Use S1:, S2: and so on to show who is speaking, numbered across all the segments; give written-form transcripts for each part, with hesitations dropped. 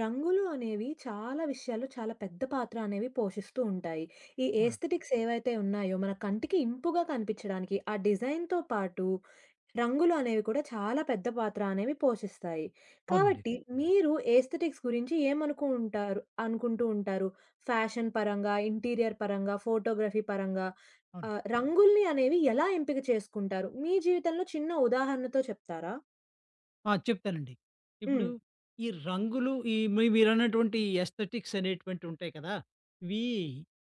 S1: రంగులు అనేవి చాలా విషయాల్లో చాలా పెద్ద పాత్ర అనేవి పోషిస్తూ ఉంటాయి. ఈ
S2: అవునండి.
S1: ఏస్థెటిక్స్ ఏవైతే ఉన్నాయో మన కంటికి ఇంపుగా కనిపించడానికి ఆ డిజైన్‌తో పాటు రంగులు అనేవి కూడా చాలా పెద్ద పాత్ర అనేవి పోషిస్తాయి.
S2: అవునండి.
S1: కాబట్టి మీరు ఏస్థెటిక్స్ గురించి ఏమనుకు ఉంటారు అనుకుంటూ ఉంటారు? ఫ్యాషన్ పరంగా, ఇంటీరియర్ పరంగా, ఫోటోగ్రఫీ పరంగా
S2: అవును.
S1: రంగుల్ని అనేవి ఎలా ఎంపిక చేసుకుంటారు? మీ జీవితంలో చిన్న ఉదాహరణతో చెప్తారా?
S2: ఆ! చెప్తానండి. ఇప్పుడు
S1: హ్మ్.
S2: ఈ రంగులు మీరన్నటువంటి ఎస్థెటిక్స్ అనేటువంటివి ఉంటాయి కదా! ఇవి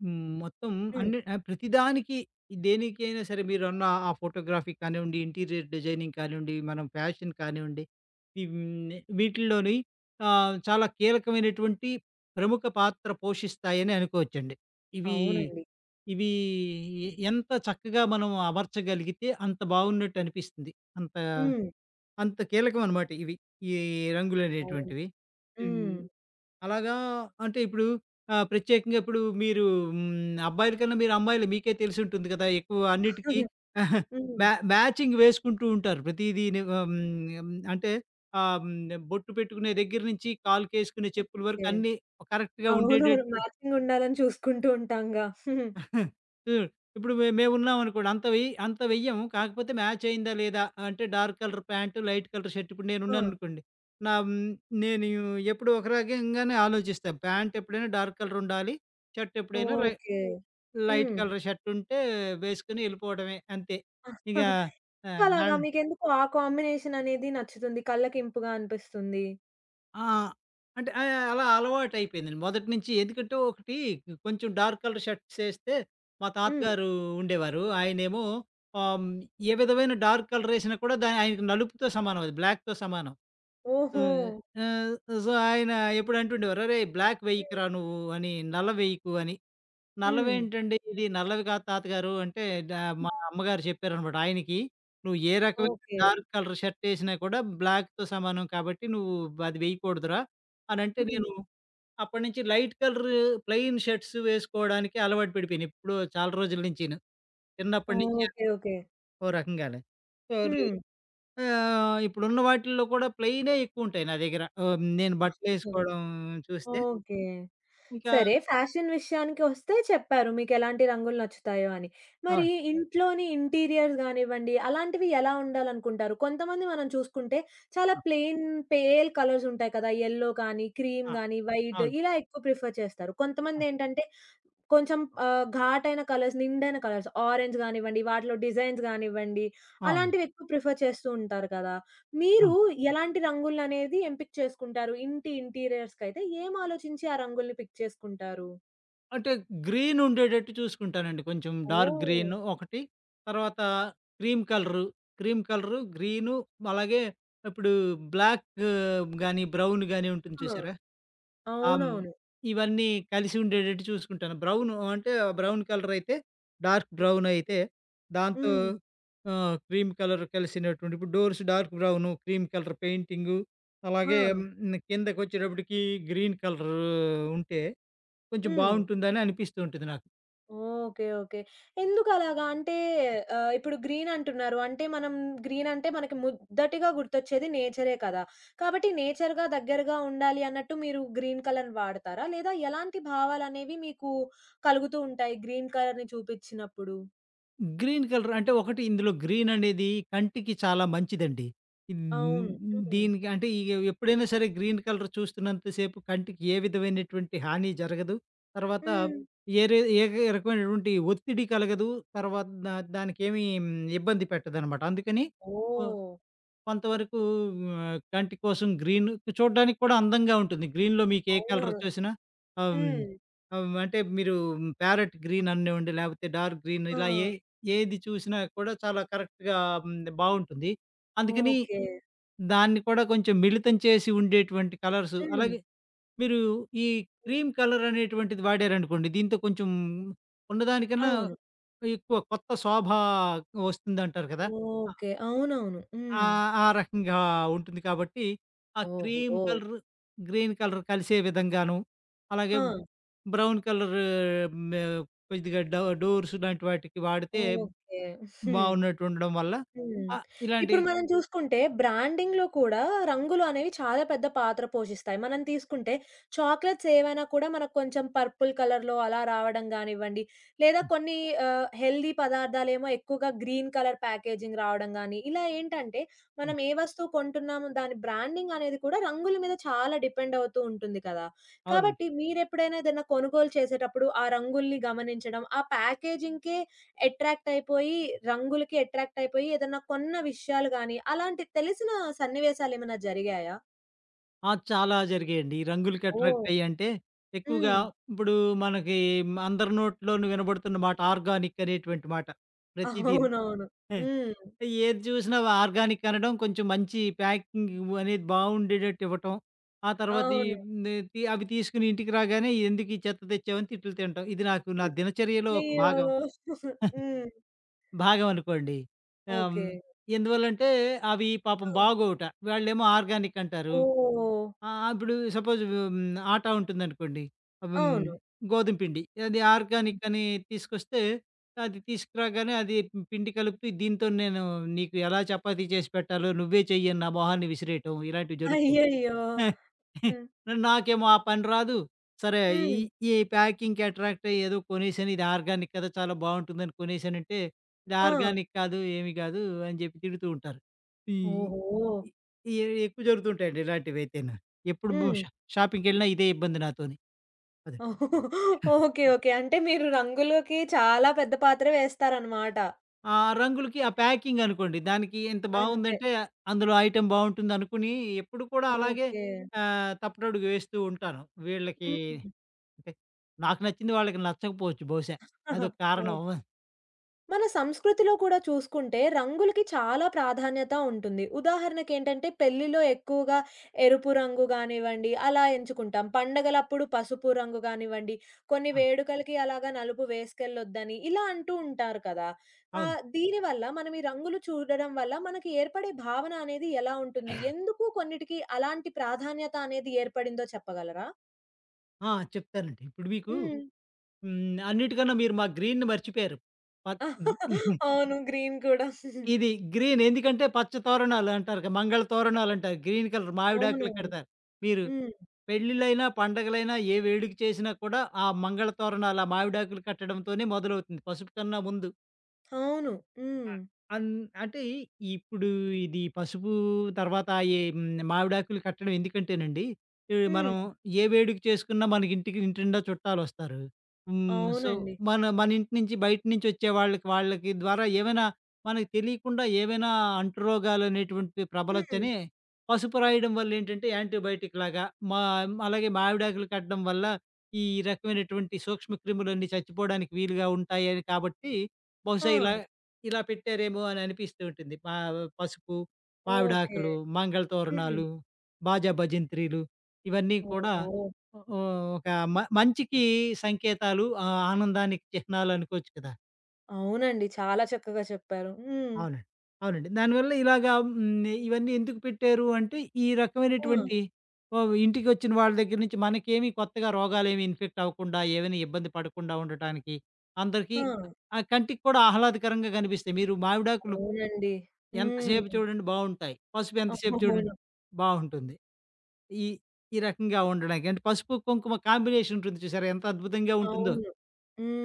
S2: మొత్తం
S1: హ్మ్.
S2: అన్ని ప్రతిదానికి దేనికైనా సరే మీరన్న ఆ ఫోటోగ్రఫీ కానివ్వండి, ఇంటీరియర్ డిజైనింగ్ కానివ్వండి, మనం ఫ్యాషన్ కానివ్వండి, ఈ హ్మ్. వీటిల్లోని చాలా కీలకమైనటువంటి ప్రముఖ పాత్ర పోషిస్తాయని అనుకోవచ్చండి. ఇవి,
S1: అవునండి.
S2: ఇవి ఎ ఎంత చక్కగా మనం అమర్చగలిగితే అంత బాగున్నట్టు అనిపిస్తుంది. అంత
S1: హ్మ్.
S2: అంత కీలకమనమాట ఇవి. ఈ
S1: అవును.
S2: రంగులనేటువంటివి.
S1: హ్మ్.
S2: హ్మ్. అలాగా అంటే ఇప్పుడు ప్రత్యేకంగా ఇప్పుడు అబ్బాయిల కన్నా మీరు అమ్మాయిలు మీకే తెలిసుంటుంది కదా! ఎక్కువ అన్నిటికి
S1: అదే. హ్మ్.
S2: మ్యాచింగ్ వేసుకుంటూ ఉంటారు. ప్రతీదీని. అంటే బొట్టు పెట్టుకునే దగ్గర నుంచి కాలుకేసుకునే చెప్పుల వరకు
S1: ఓకే.
S2: అన్నీ కరెక్ట్‌గా
S1: అవునవును.
S2: ఉండేటట్టు
S1: మ్యాచింగ్ ఉండాలని చూసుకుంటూ ఉంటాంగా. హుహు.
S2: హ్మ్. ఇప్పుడు మేమున్నామనుకోండి. అంత వెయ్యి అంత వెయ్యము. కాకపోతే మ్యాచ్ అయిందా లేదా అంటే dark colour pant, light colour shirt ఇప్పుడు
S1: ఆ!
S2: నేనున్నాననుకోండి. నా హ్మ్, నేను ఎప్పుడూ ఒక రకంగానే ఆలోచిస్తా. ప్యాంట్ ఎప్పుడైనా డార్క్ కలర్ ఉండాలి. షర్ట్ ఎప్పుడైనా లై
S1: ఓకే.
S2: లైట్
S1: హ్మ్.
S2: కలర్ షర్ట్ ఉంటే వేసుకొని ఎళ్ళిపోవడమే అంతే. ఇక ఆహ్, దాం
S1: అలాగా, మీకెందుకు ఆ కాంబినేషన్ అనేది నచ్చుతుంది? కళ్ళకి ఇంపుగా అనిపిస్తుంది.
S2: ఆ! అంటే అలా అలవాటయిపోయిందండి. మొదటి నుంచి ఎందుకంటే ఒకటి కొంచెం డార్క్ కలర్ షర్ట్స్ ఏస్తే మా
S1: హ్మ్.
S2: తాతగారు ఉండేవారు. ఆయనేమో ఆహ్, హ్మ్, ఏ విధమైన డార్క్ కలర్ ఏసినా కూడా ఆయనకి నలుపుతో సమానం అది. బ్లాక్‌తో సమానం.
S1: ఓహో!
S2: ఆహ్, ఆహ్, సో, ఆయన ఎప్పుడు అంటుండేవారు. "అరేయ్! బ్లాక్
S1: హ్మ్.
S2: వేయకురా నువ్వు" అని, "నల్ల వేయకు" అని.
S1: హ్మ్.
S2: నల్లవేంటండి ఇది నల్లవి కాదు తాతగారు అంటే డా మా అమ్మగారు చెప్పారనమాట. ఆయనకి "నువ్వు ఏ రకమైన
S1: ఓకే.
S2: డార్క్ కలర్ షర్ట్ ఏసినా కూడా బ్లాక్‌తో సమానం కాబట్టి నువ్వు అది వేయకూడదురా" అనంటే
S1: హ్మ్.
S2: నేను అప్పటినుంచి లైట్ కలర్ ప్లెయిన్ షర్ట్స్ వేసుకోవడానికి అలవాటు పడిపోయాను. ఎప్పుడో చాలా రోజుల నుంచిను. చిన్నప్పటి నుంచి
S1: ఓకే. ఓకే.
S2: ఓ రకంగానే. సో, అది
S1: హ్మ్.
S2: ఇప్పుడున్న వాటిల్లో కూడా ప్లెయినే ఎక్కువుంటాయి నా దగ్గర. నేను బట్టలేసుకోవడం చూస్తే
S1: ఓకే.
S2: ఇంకా
S1: సరే. ఫ్యాషన్ విషయానికొస్తే చెప్పారు మీకెలాంటి రంగులు నచ్చుతాయో అని. మరి
S2: అవును.
S1: ఇంట్లోని ఇంటీరియర్స్ గానివ్వండి, అలాంటివి ఎలా ఉండాలనుకుంటారు? కొంతమంది మనం చూసుకుంటే చాలా
S2: ఆ!
S1: ప్లెయిన్ పేల్ కలర్స్ ఉంటాయి కదా! యెల్లో కానీ, క్రీమ్
S2: ఆ!
S1: గానీ, వైట్
S2: అవును.
S1: ఇలా ఎక్కువ ప్రిఫర్ చేస్తారు.
S2: ఆ!
S1: కొంతమందేంటంటే కొంచెం ఘాటైన కలర్స్, నిండైన కలర్స్ ఆరెంజ్ గానివ్వండి, వాటిలో డిజైన్స్ గానివ్వండి,
S2: అవును.
S1: అలాంటివెక్కువ ప్రిఫర్ చేస్తూ ఉంటారు కదా! మీరు
S2: అవును.
S1: ఎలాంటి రంగులనేది ఎంపిక చేసుకుంటారు? ఇంటి ఇంటీరియర్స్‌కైతే ఏం ఆలోచించి ఆ రంగుల్ని పిక్ చేసుకుంటారు?
S2: అంటే గ్రీన్ ఉండేటట్టు చూసుకుంటానండి. కొంచెం డార్క్
S1: ఓహ్!
S2: గ్రీన్ ఒకటి. తర్వాత క్రీమ్ కలరు, గ్రీను అలాగే ఇప్పుడు బ్లాక్ గాని, బ్రౌన్ గాని ఉంటుంది
S1: ఆ!
S2: చూసారా? ఆహ్, హ్మ్.
S1: అవునవును.
S2: ఇవన్నీ కలిసి ఉండేటట్టు చూసుకుంటాను. బ్రౌను అంటే బ్రౌన్ కలర్ అయితే డార్క్ బ్రౌన్ అయితే దాంతో
S1: హ్మ్.
S2: క్రీమ్ కలర్ కలిసినటువంటి ఇప్పుడు doors dark brown, cream colour painting
S1: ఆ!
S2: అలాగే కిందకొచ్చేటప్పటికి గ్రీన్ కలర్ ఉంటే కొంచెం
S1: హ్మ్.
S2: బావుంటుందని అనిపిస్తూ ఉంటుంది నాకు.
S1: ఓకే. ఓకే. ఎందుకలాగా? అంటే ఇప్పుడు గ్రీన్ అంటున్నారు. అంటే మనం గ్రీన్ అంటే మనకి మొదటిగా గుర్తొచ్చేది నేచరే కదా! కాబట్టి నేచర్‌గా దగ్గరగా ఉండాలి అన్నట్టు మీరు గ్రీన్ కలర్‌ని వాడతారా? లేదా ఎలాంటి భావాలనేవి మీకు కలుగుతూ ఉంటాయి గ్రీన్ కలర్‌ని చూపించినప్పుడు?
S2: గ్రీన్ కలర్ అంటే ఒకటి ఇందులో గ్రీన్ అనేది కంటికి చాలా మంచిదండి. ఇన్
S1: అవును. హ్మ్.
S2: దీనికి అంటే ఎప్పుడైనా సరే గ్రీన్ కలర్ చూస్తున్నంత సేపు కంటికి ఏ విధమైనటువంటి హాని జరగదు. తర్వాత
S1: హ్మ్.
S2: ఏ రకమైనటువంటి ఒత్తిడి కలగదు. తర్వాత దానికేమీ ఇబ్బంది పెట్టదనమాట. అందుకని ఓ
S1: ఓహ్!
S2: కొంతవరకు కంటి కోసం గ్రీన్ చూడ్డానికి కూడా అందంగా ఉంటుంది. గ్రీన్‌లో మీకు ఏ కలర్
S1: అవునవును.
S2: చూసినా ఆహ్, హ్మ్.
S1: హ్మ్.
S2: అంటే మీరు ప్యారట్ గ్రీన్ అనివ్వండి, లేకపోతే డార్క్ గ్రీన్ ఇలా
S1: ఆ!
S2: ఏది చూసినా కూడా చాలా కరెక్ట్‌గా బావుంటుంది. అందుకని
S1: ఓకే.
S2: దాన్ని కూడా కొంచెం మిళితం చేసి ఉండేటువంటి కలర్స్
S1: హ్మ్.
S2: అలాగే మీరు ఈ క్రీమ్ కలర్ అనేటువంటిది వాడారనుకోండి, దీంతో కొంచెం ఉన్నదానికన్నా
S1: అవును.
S2: ఎక్కువ కొత్త శోభ వస్తుందంటారు కదా!
S1: ఓకే. అవునవును.
S2: ఆ!
S1: హ్మ్.
S2: ఆ రకంగా ఉంటుంది కాబట్టి, ఆ క్రీమ్
S1: ఓహో!
S2: కలర్, గ్రీన్ కలర్ కలిసే విధంగాను, అలాగే
S1: హా!
S2: బ్రౌన్ కలర్ మే కొద్దిగా డోర్స్ లాంటి వాటికి వాడితే
S1: ఓకే.
S2: బావున్నట్టు ఉండడం వల్ల
S1: హ్మ్.
S2: ఇలాంటి
S1: ఇప్పుడు మనం చూసుకుంటే బ్రాండింగ్‌లో కూడా రంగులు అనేవి చాలా పెద్ద పాత్ర పోషిస్తాయి. మనం తీసుకుంటే చాక్లెట్స్ ఏవైనా కూడా మనకు కొంచెం పర్పుల్ కలర్‌లో అలా రావడం గానివ్వండి, లేదా
S2: హ్మ్.
S1: కొన్ని హెల్తీ పదార్థాలేమో ఎక్కువగా గ్రీన్ కలర్ ప్యాకేజింగ్ రావడం గాని, ఇలా ఏంటంటే
S2: హ్మ్.
S1: మనం ఏ వస్తువు కొంటున్నాము దాని బ్రాండింగ్ అనేది కూడా రంగుల మీద చాలా డిపెండ్ అవుతూ ఉంటుంది కదా!
S2: అవునండి.
S1: కాబట్టి మీరెప్పుడైనా ఏదైనా కొనుగోలు చేసేటప్పుడు ఆ రంగుల్ని గమనించడం, ఆ ప్యాకేజింగ్‌కే అట్రాక్ట్ అయిపోయి, రంగులకి అట్రాక్ట్ అయిపోయి ఏదన్నా కొన్న విషయాలు గాని, అలాంటి తెలిసిన సన్నివేశాలేమైనా జరిగాయా?
S2: ఆ! చాలా జరిగాయండి. ఈ రంగులకి
S1: ఓహ్!
S2: అట్రాక్ట్ అయ్యంటే ఎక్కువగా
S1: హ్మ్.
S2: ఇప్పుడు మనకి అందరి నోట్లోనూ వినబడుతున్న మాట ఆర్గానిక్ అనేటువంటి మాట ప్రతిదీని.
S1: అవునవును. హ్మ్.
S2: ఏది చూసినా ఆర్గానిక్ అనడం, కొంచెం మంచి ప్యాకింగ్ అనేది బావుండేటట్టు ఇవ్వటం. ఆ తర్వాత ఈ
S1: అవును.
S2: తి అవి తీసుకొని ఇంటికి రాగానే ఎందుకు ఈ చెత్త తెచ్చావని తిట్లు తినటం. ఇది నాకు నా దినచర్యలో ఒక
S1: అయ్యో!
S2: భాగం.
S1: హ్మ్.
S2: భాగం అనుకోండి. ఆహ్, హ్మ్,
S1: ఓకే.
S2: ఎందువల్లంటే అవి పాపం బాగోవుట. వాళ్ళేమో ఆర్గానిక్ అంటారు.
S1: ఓహ్!
S2: ఆ! ఆ! ఇప్పుడు సపోజ్ ఆటా ఉంటుందనుకోండి. అబ్ హ్మ్,
S1: అవును.
S2: గోధుమ పిండి. అది ఆర్గానిక్ అని తీసుకొస్తే, అది తీసుకురాగానే అది పిండి కలుపుతూ దీంతో నేను నీకు ఎలా చపాతీ చేసి పెట్టాలో నువ్వే చెయ్యని నా మొహాన్ని విసిరేయటం ఇలాంటివి జరుగుతూ ఉంటాయి.
S1: అయ్యయ్యో! హ్మ్.
S2: నాకేమో ఆ పని రాదు. సరే ఈ
S1: హ్మ్.
S2: ఈ ప్యాకింగ్‌కి అట్రాక్ట్ అయ్యి ఏదో కొనేసాను. ఇది ఆర్గానిక్ కదా! చాలా బావుంటుందని కొనేసానంటే, ఇది
S1: ఆ!
S2: ఆర్గానిక్ కాదు, ఏమి కాదు అని చెప్పి తిడుతూ ఉంటారు. ఈ
S1: ఓహో!
S2: ఈ ఈ ఎక్కువ జరుగుతుంటాయండి ఇలాంటివైతేను. ఎప్పుడు బు
S1: హ్మ్.
S2: షా షాపింగ్‌కెళ్ళినా ఇదే ఇబ్బంది నాతోని. అదే.
S1: ఓకే. ఓకే. అంటే మీరు రంగులకి చాలా పెద్ద పాత్ర వేస్తారనమాట.
S2: ఆ రంగులకి ఆ ప్యాకింగ్ అనుకోండి. దానికి ఇంత
S1: అంతే.
S2: బావుందంటే అందులో ఐటెమ్ బావుంటుందనుకుని ఎప్పుడు కూడా అలాగే
S1: ఓకే.
S2: తప్పుడడుగు వేస్తూ ఉంటాను. వీళ్ళకి
S1: హ్మ్.
S2: అంటే నాకు నచ్చింది వాళ్ళకి నచ్చకపోవచ్చు బహుశా. అదొక
S1: ఓకే.
S2: కారణం.
S1: మన సంస్కృతిలో కూడా చూసుకుంటే రంగులకి చాలా ప్రాధాన్యత ఉంటుంది. ఉదాహరణకేంటంటే పెళ్ళిలో ఎక్కువగా ఎరుపు రంగు గానివ్వండి అలా ఎంచుకుంటాం. పండగలప్పుడు పసుపు రంగు గానివ్వండి, కొన్ని
S2: ఆ!
S1: వేడుకలకి అలాగా నలుపు వేసుకెళ్ళొద్దని ఇలా అంటూ ఉంటారు కదా!
S2: అవును.
S1: దీనివల్ల మనం ఈ రంగులు చూడడం వల్ల మనకి ఏర్పడే భావన అనేది ఎలా ఉంటుంది? ఎందుకు కొన్నిటికి అలాంటి ప్రాధాన్యత అనేది ఏర్పడిందో చెప్పగలరా?
S2: ఆ! చెప్తానండి. ఇప్పుడు మీకు
S1: హ్మ్.
S2: హ్మ్. అన్నిటికన్నా మీరు మా గ్రీన్‌ని మర్చిపోయారు. పత్
S1: అవును. గ్రీన్ కూడా.
S2: ఇది గ్రీన్ ఎందుకంటే పచ్చ తోరణాలు అంటారు కదా! మంగళ తోరణాలు అంటారు. గ్రీన్ కలర్ మావిడాకులు
S1: అవునవును.
S2: కడతారు. మీరు
S1: హ్మ్.
S2: పెళ్ళిళ్ళైనా, పండగలైనా ఏ వేడుక చేసినా కూడా ఆ మంగళ తోరణాలు, ఆ మావిడాకులు కట్టడంతోనే మొదలవుతుంది. పసుపు కన్నా ముందు.
S1: అవును. హ్మ్.
S2: ఆ! అన్ అంటే ఇప్పుడు ఇది పసుపు తర్వాత మావిడాకులు కట్టడం ఎందుకంటేనండి, ఇవి
S1: హ్మ్.
S2: మనం ఏ వేడుక చేసుకున్నా మనకి ఇంటికి ఇంటినిండా చుట్టాలొస్తారు. హ్మ్. సో,
S1: అవునండి.
S2: మన మన ఇంటి నుంచి బయట నుంచి వచ్చే వాళ్ళకి వాళ్ళకి ద్వారా ఏమైనా మనకు తెలియకుండా ఏవైనా అంటురోగాలనేటువంటివి
S1: హ్మ్.
S2: ప్రబలొచ్చని పసుపు రాయడం వల్లేంటంటే యాంటీబయాటిక్ లాగా మా అలాగే మావిడాకులు కట్టడం వల్ల ఈ రకమైనటువంటి సూక్ష్మ క్రిములన్నీ చచ్చిపోవడానికి వీలుగా ఉంటాయని కాబట్టి
S1: ఆ!
S2: బహుశా ఇలా ఇలా పెట్టారేమో అని అనిపిస్తూ ఉంటుంది. పసుపు,
S1: ఓకే.
S2: మావిడాకులు, మంగళ
S1: హ్మ్.
S2: తోరణాలు, బాజా భజంత్రీలు ఇవన్నీ కూడా
S1: ఓహో!
S2: ఓ ఒక మంచికి సంకేతాలు, ఆనందానికి చిహ్నాలు అనుకోవచ్చు కదా!
S1: అవునండి. చాలా చక్కగా చెప్పారు. హ్మ్.
S2: అవునండి. అవునండి. దానివల్ల ఇలాగా హ్మ్. ఇవన్నీ ఎందుకు పెట్టారు అంటే ఈ
S1: ఆ!
S2: రకమైనటువంటి ఓహ్! ఇంటికొచ్చిన వాళ్ళ దగ్గర నుంచి మనకేమి కొత్తగా రోగాలేమి ఇన్ఫెక్ట్ అవ్వకుండా, ఏమైనా ఇబ్బంది పడకుండా ఉండటానికి అందరికీ
S1: ఆ!
S2: కంటికి కూడా ఆహ్లాదకరంగా కనిపిస్తాయి. మీరు మావిడాకులు
S1: అవునండి. హ్మ్.
S2: ఎంతసేపు చూడండి బావుంటాయి. పసుపు ఎంతసేపు చూడండి
S1: అవును.
S2: బావుంటుంది. ఈ ఈ రకంగా ఉండడానికి అంటే పసుపు, కుంకుమ కాంబినేషన్ ఉంటుంది చూసారా? ఎంత అద్భుతంగా ఉంటుందో
S1: అవును.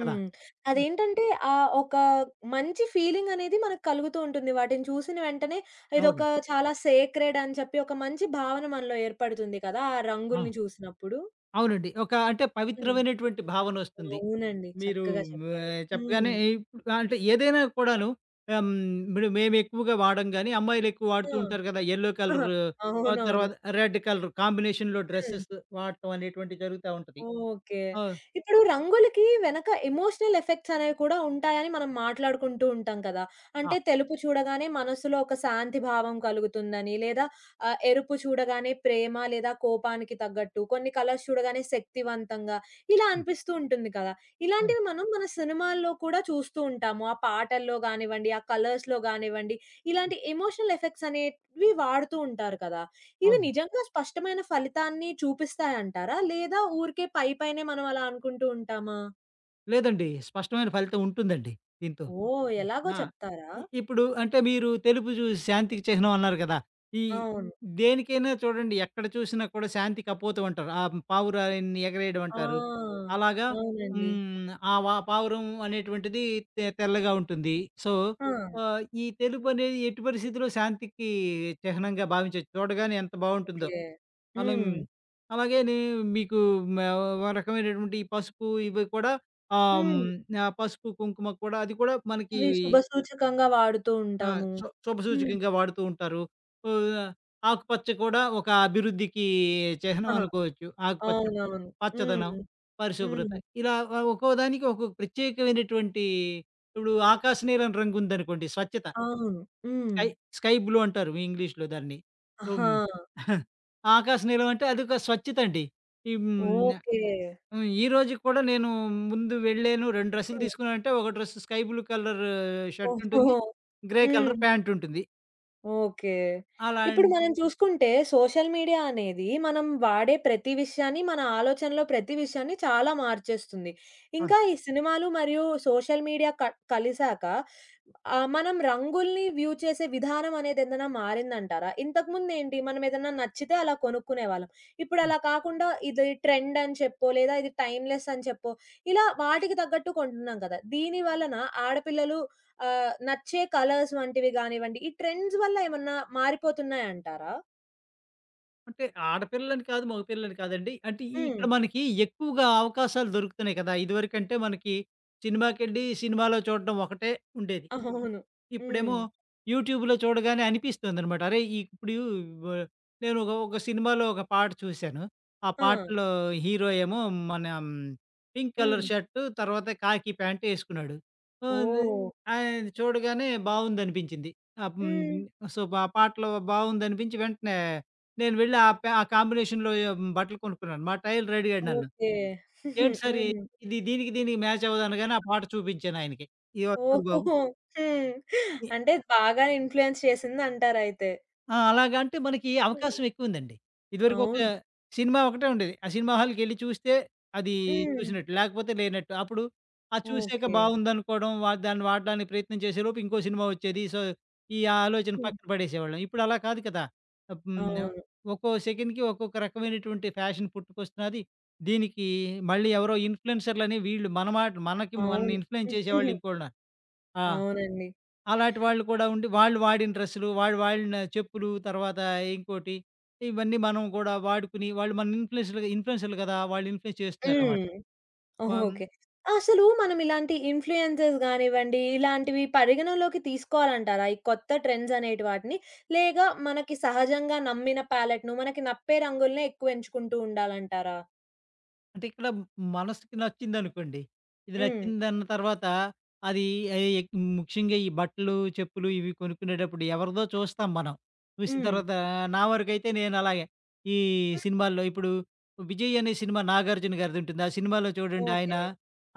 S2: కదా! హ్మ్.
S1: అదేంటంటే ఒక మంచి ఫీలింగ్ అనేది మనకు కలుగుతూ ఉంటుంది. వాటిని చూసిన వెంటనే ఇదొక
S2: అవును.
S1: చాలా సేక్రెడ్ అని చెప్పి ఒక మంచి భావన మనలో ఏర్పడుతుంది కదా! ఆ
S2: ఆ!
S1: రంగుల్ని చూసినప్పుడు.
S2: అవునండి. ఒక అంటే
S1: హ్మ్.
S2: పవిత్రమైనటువంటి భావనొస్తుంది.
S1: అవునండి.
S2: మీరు
S1: చక్కగా చెప్పారు. హ్మ్.
S2: చెప్పగానే ఇప్పుడు అంటే ఏదైనా కూడాను ఆహ్, హ్మ్, ఇప్పుడు మేమెక్కువగా వాడం గానీ, అమ్మాయిలెక్కువ వాడుతూ ఉంటారు
S1: ఆ!
S2: కదా! యెల్లో కలర్
S1: అవునవును.
S2: తర్వాత రెడ్ కలర్ కాంబినేషన్‌లో
S1: హ్మ్.
S2: డ్రెసెస్ వాడటం అనేటువంటివి జరుగుతా ఉంటది.
S1: ఓకే.
S2: ఆ!
S1: ఇప్పుడు రంగులకి వెనక ఎమోషనల్ ఎఫెక్ట్స్ అనేవి కూడా ఉంటాయని మనం మాట్లాడుకుంటూ ఉంటాం కదా!
S2: ఆ!
S1: అంటే తెలుపు చూడగానే మనసులో ఒక శాంతి భావం కలుగుతుందని, లేదా ఎరుపు చూడగానే ప్రేమ లేదా కోపానికి తగ్గట్టు, కొన్ని కలర్స్ చూడగానే శక్తివంతంగా ఇలా
S2: హ్మ్.
S1: అనిపిస్తూ ఉంటుంది కదా!
S2: అవును.
S1: ఇలాంటివి మనం మన సినిమాల్లో కూడా చూస్తూ ఉంటాము. ఆ పాటల్లో గానివ్వండి, ఆ కలర్స్‌లో గానివ్వండి,
S2: హ్మ్.
S1: ఇలాంటి ఎమోషనల్ ఎఫెక్ట్స్ అనేవి వాడుతూ ఉంటారు కదా! ఇవి
S2: అవును.
S1: నిజంగా స్పష్టమైన ఫలితాన్ని చూపిస్తాయంటారా? లేదా ఊరికే పైపైనే మనం అలా అనుకుంటూ ఉంటామా?
S2: లేదండి. స్పష్టమైన ఫలితం ఉంటుందండి దీంతో.
S1: ఓహ్!
S2: హ్మ్.
S1: ఎలాగో
S2: ఆ!
S1: చెప్తారా?
S2: ఇప్పుడు అంటే మీరు తెలుపు శాంతికి చిహ్నం అన్నారు కదా! ఈ
S1: అవును.
S2: దేనికైనా చూడండి ఎక్కడ చూసినా కూడా శాంతికి అపోతం అంటారు. ఆ పావురాన్ని ఎగరేయడం
S1: ఆ!
S2: అంటారు. అలాగా
S1: అవునండి.
S2: హ్మ్. ఆ పావురం అనేటువంటిది తెల్లగా ఉంటుంది. సో,
S1: ఆ!
S2: ఈ తెలుపు అనేది ఎట్టి పరిస్థితిలో శాంతికి చిహ్నంగా భావించొచ్చు. చూడగానే ఎంత బావుంటుందో.
S1: ఓకే.
S2: అలా
S1: హ్మ్.
S2: హ్మ్. అలాగే మీకు మ ఒక రకమైనటువంటి ఈ పసుపు ఇవి కూడా ఆహ్, హ్మ్.
S1: హ్మ్.
S2: ఆ పసుపు, కుంకుమ కూడా అది కూడా మనకి
S1: అవి శుభ సూచకంగా వాడుతూ
S2: ఆ!
S1: ఉంటాము. హ్మ్.
S2: శుభసూచకంగా వాడుతూ ఉంటారు. ఆహ్, ఆకుపచ్చ కూడా ఒక అభివృద్ధికి చిహ్నం
S1: ఆహా!
S2: అనుకోవచ్చు. ఆకుపచ్చ,
S1: అవునవును.
S2: పచ్చదనం,
S1: హ్మ్.
S2: పరిశుభ్రత
S1: హ్మ్.
S2: ఇలా ఒక్కో దానికి ఒక్కొక్క ప్రత్యేకమైనటువంటి ఇప్పుడు ఆకాశ నీలం రంగు ఉందనుకోండి స్వచ్ఛత.
S1: అవును. హ్మ్.
S2: స్కై స్కై బ్లూ అంటారు ఇంగ్లీష్‌లో దాన్ని.
S1: ఆహా!
S2: హ్మ్. ఆకాశ నీలం అంటే అదొక స్వచ్ఛత అండి. ఈ హ్మ్.
S1: ఓకే.
S2: హ్మ్. ఈ రోజుకి కూడా నేను ముందు వెళ్ళాను 2 డ్రెస్సులు
S1: హ్మ్.
S2: తీసుకున్నానంటే ఒక dress sky blue colour shirt
S1: ఓహో!
S2: ఉంటుంది. గ్రే కలర్
S1: హ్మ్.
S2: ప్యాంట్ ఉంటుంది.
S1: ఓకే.
S2: అలా
S1: ఇప్పుడు మనం చూసుకుంటే సోషల్ మీడియా అనేది మనం వాడే ప్రతి విషయాన్ని, మన ఆలోచనలో ప్రతి విషయాన్ని చాలా మార్చేస్తుంది.
S2: ఆ!
S1: ఇంకా ఈ సినిమాలు మరియు సోషల్ మీడియా కలిసాక మనం రంగుల్ని వ్యూ చేసే విధానం అనేది ఏదైనా మారిందంటారా? ఇంతకుముందేంటి మనం ఏదన్నా నచ్చితే అలా కొనుక్కునేవాళ్ళం. ఇప్పుడు అలా కాకుండా ఇది ట్రెండ్ అని చెప్పో, లేదా ఇది టైమ్‌లెస్ అని చెప్పో, ఇలా వాటికి తగ్గట్టు కొంటున్నాం కదా! దీని వలన ఆడపిల్లలు నచ్చే కలర్స్ వంటివి గానివ్వండి, ఈ ట్రెండ్స్ వల్ల ఏమన్నా మారిపోతున్నాయంటారా?
S2: అంటే ఆడపిల్లని కాదు, మగపిల్లని కాదండి. అంటే
S1: హ్మ్.
S2: ఇక్కడ మనకి ఎక్కువగా అవకాశాలు దొరుకుతున్నాయి కదా! ఇదివరకంటే మనకి సినిమాకెళ్ళి, సినిమాలో చూడడం ఒకటే ఉండేది. ఇప్
S1: అవును. హ్మ్.
S2: ఇప్పుడేమో యూట్యూబ్‌లో చూడగానే అనిపిస్తుందనమాట. అరే! ఈ- ఇప్పుడు వ నేను ఒక ఒక సినిమాలో ఒక పాట చూశాను. ఆ
S1: ఆ!
S2: పాటలో హీరో ఏమో మన పింక్ కలర్
S1: హ్మ్.
S2: షర్టు, తర్వాత ఖాకీ ప్యాంట్ ఏసుకున్నాడు. ఆహ్, ది
S1: ఓహ్!
S2: అది చూడగానే బావుందనిపించింది. ఆహ్, హ్మ్.
S1: హ్మ్.
S2: సో, ఆ పాటలో బావుందనిపించి వెంటనే నేను వెళ్ళి ఆ కాంబినేషన్‌లో బట్టలు కొనుక్కున్నాను. మా టైలర్ అడిగాడు నన్ను.
S1: ఓకే.
S2: "ఏంటి సార్
S1: హ్మ్.
S2: ఇది దీనికి దీనికి మ్యాచ్ అవ్వదు" అనగానే ఆ పాట చూపించాను ఆయనకి. "ఇదిగో చూడు బాబు"
S1: ఓహోహో! హ్మ్. అంటే బాగా ఇన్‌ఫ్లూయెన్స్ చేసిందంటారయితే.
S2: ఆ! అలాగా అంటే మనకి
S1: హ్మ్.
S2: అవకాశం ఎక్కువుందండి. ఇదివరకు ఒక
S1: అవును.
S2: సినిమా ఒకటే ఉండేది. ఆ సినిమా హాల్‌కెళ్ళి చూస్తే అది
S1: హ్మ్.
S2: చూసినట్టు, లేకపోతే లేనట్టు. అప్పుడు ఆ చూసాక
S1: ఓకే.
S2: బావుందనుకోవడం, దాన్ని వాడడానికి ప్రయత్నం చేసేలోపు ఇంకో సినిమా వచ్చేది. సో, ఈ ఆలోచన
S1: ఉమ్.
S2: పక్కన పడేసేవాళ్ళం. ఇప్పుడు అలా కాదు కదా! ఆహ్, హ్మ్.
S1: అవును.
S2: ఒక్కో సెకండ్‌కి ఒక్కొక్క రకమైనటువంటి ఫ్యాషన్ పుట్టుకొస్తున్నది. దీనికి మళ్ళీ ఎవరో ఇన్‌ఫ్లుయెన్సర్‌లని వీళ్ళు మన మాట మనకి మనల్ని
S1: అవును.
S2: ఇన్‌ఫ్లుయెన్స్ చేసేవాళ్ళు ఇంకోళ్ళున్నారు. ఆ!
S1: అవునండి.
S2: అలాంటి వాళ్ళు కూడా ఉండి, వాళ్ళు వాడిన డ్రెస్సులు, వాళ్ళు వాడిన చెప్పులు, తర్వాత ఇంకోటి ఇవన్నీ మనం కూడా వాడుకుని, వాళ్ళు మన ఇన్‌ఫ్లూయెన్సర్‌లు ఇన్‌ఫ్లూయెన్సర్‌లు కదా! వాళ్ళు ఇన్‌ఫ్లూయెన్స్ చేస్తున్నారనమాట.
S1: హ్మ్.
S2: వం
S1: ఓకే. అసలు మనం ఇలాంటి ఇన్‌ఫ్లుయెన్సర్స్ గానివ్వండి, ఇలాంటివి పరిగణలోకి తీసుకోవాలంటారా? ఈ కొత్త ట్రెండ్స్ అనేటి వాటిని? లేక మనకి సహజంగా నమ్మిన ప్యాలెట్‌ను, మనకి నప్పే రంగులనే ఎక్కువ ఎంచుకుంటూ ఉండాలంటారా?
S2: అంటే ఇక్కడ మనసుకి నచ్చిందనుకోండి. ఇది
S1: హ్మ్.
S2: నచ్చిందన్న తర్వాత అది ఎ ఎక్ ముఖ్యంగా ఈ బట్టలు, చెప్పులు ఇవి కొనుక్కునేటప్పుడు ఎవరిదో చూస్తాం మనం. చూసిన
S1: హ్మ్.
S2: తర్వాత నా వరకైతే నేనలాగే ఈ సినిమాల్లో ఇప్పుడు 'విజయ్' అనే సినిమా 'నాగార్జున' గారిదుంటుంది. ఆ సినిమాలో చూడండి
S1: ఓకే.
S2: ఆయన,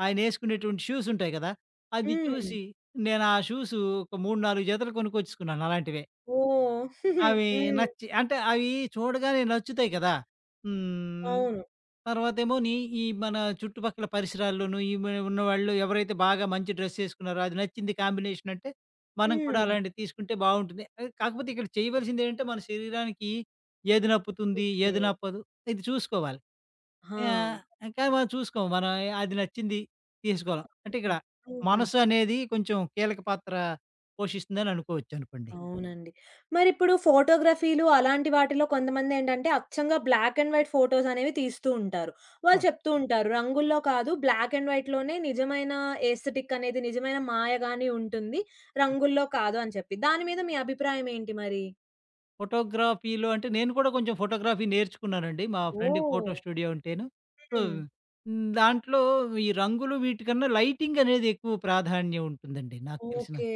S2: ఆయనేసుకునేటువంటి షూస్ ఉంటాయి కదా! అది
S1: హ్మ్.
S2: చూసి నేను ఆ షూసు ఒక 3, 4 జతలు కొనుక్కొచ్చేసుకున్నాను అలాంటివే.
S1: ఓహ్! హ్మ్.
S2: అవి నచ్చి అంటే అవి చూడగానే నచ్చుతాయి కదా! హ్మ్.
S1: అవును.
S2: తర్వాతేమో ఈ మన చుట్టుపక్కల పరిసరాల్లోనూ ఈ మ ఉన్నవాళ్ళు ఎవరైతే బాగా మంచి డ్రెస్ ఏసుకున్నారో, అది నచ్చింది కాంబినేషన్ అంటే, మనం కూడా
S1: హ్మ్.
S2: అలాంటివి తీసుకుంటే బావుంటుంది. కాకపోతే ఇక్కడ చేయవలసిందేంటంటే, మన శరీరానికి ఏది నప్పుతుంది,
S1: ఓకే.
S2: ఏది నప్పదు ఇది చూసుకోవాలి.
S1: ఆ!
S2: ఆహ్, కానీ మనం చూసుకోము. మనం అది నచ్చింది తీసుకోలేం. అంటే ఇక్కడ
S1: హ్మ్.
S2: మనసు అనేది కొంచెం కీలక పాత్ర పోషిస్తుందని అనుకోవచ్చనుకోండి.
S1: అవునండి. మరిప్పుడు ఫోటోగ్రఫీలు అలాంటి వాటిలో కొంతమందేంటంటే, అచ్చంగా బ్లాక్ అండ్ వైట్ ఫోటోస్ అనేవి తీస్తూ ఉంటారు. వాళ్ళు
S2: అవును.
S1: చెప్తూ ఉంటారు, రంగుల్లో కాదు బ్లాక్ అండ్ వైట్‌లోనే నిజమైన ఎస్థెటిక్ అనేది, నిజమైన మాయ గాని ఉంటుంది. రంగుల్లో కాదు అని చెప్పి. దాని మీద మీ అభిప్రాయం ఏంటి మరి?
S2: ఫోటోగ్రఫీలో అంటే నేను కూడా కొంచెం ఫోటోగ్రఫీ నేర్చుకున్నానండి. మా ఫ్రెండ్‌కి
S1: ఓహ్!
S2: ఫోటో స్టూడియో ఉంటేను. సో,
S1: హ్మ్.
S2: దాంట్లో ఈ రంగులు వీటికన్నా లైటింగ్ అనేది ఎక్కువ ప్రాధాన్యం ఉంటుందండి నాకు తెలిసినంత.
S1: ఓకే.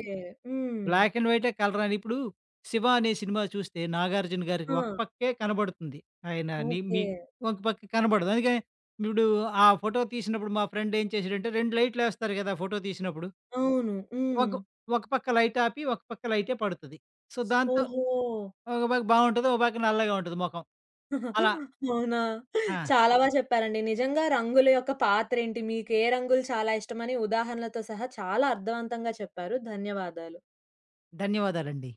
S1: హ్మ్.
S2: బ్లాక్ అండ్ వైటే కలర్ అని ఇప్పుడు 'శివ' అనే సినిమా చూస్తే 'నాగార్జున' గారికి
S1: ఆ!
S2: ఒక పక్కే కనబడుతుంది. ఆయన ని
S1: ఓకే.
S2: మీ ఒక పక్క కనబడదు. అందుకే ఇప్పుడు ఆ ఫోటో తీసినప్పుడు మా ఫ్రెండ్ ఏం చేసాడంటే 2 లైట్‌లేస్తారు కదా! ఫోటో తీసినప్పుడు.
S1: అవును. హ్మ్.
S2: ఒక ఒక పక్క లైట్ ఆపి, ఒక పక్క లైటే పడుతది. సో, దాంతో
S1: ఓహో!
S2: ఒక పక్క బావుంటది. ఒక పక్క నల్లగా ఉంటది మొఖం. అలా
S1: అవునా!
S2: ఆ!
S1: చాలా చెప్పారండి. నిజంగా రంగుల యొక్క పాత్రేంటి, మీకు ఏ రంగులు చాలా ఇష్టమని ఉదాహరణలతో సహా చాలా అర్థవంతంగా చెప్పారు. ధన్యవాదాలు.
S2: ధన్యవాదాలండి.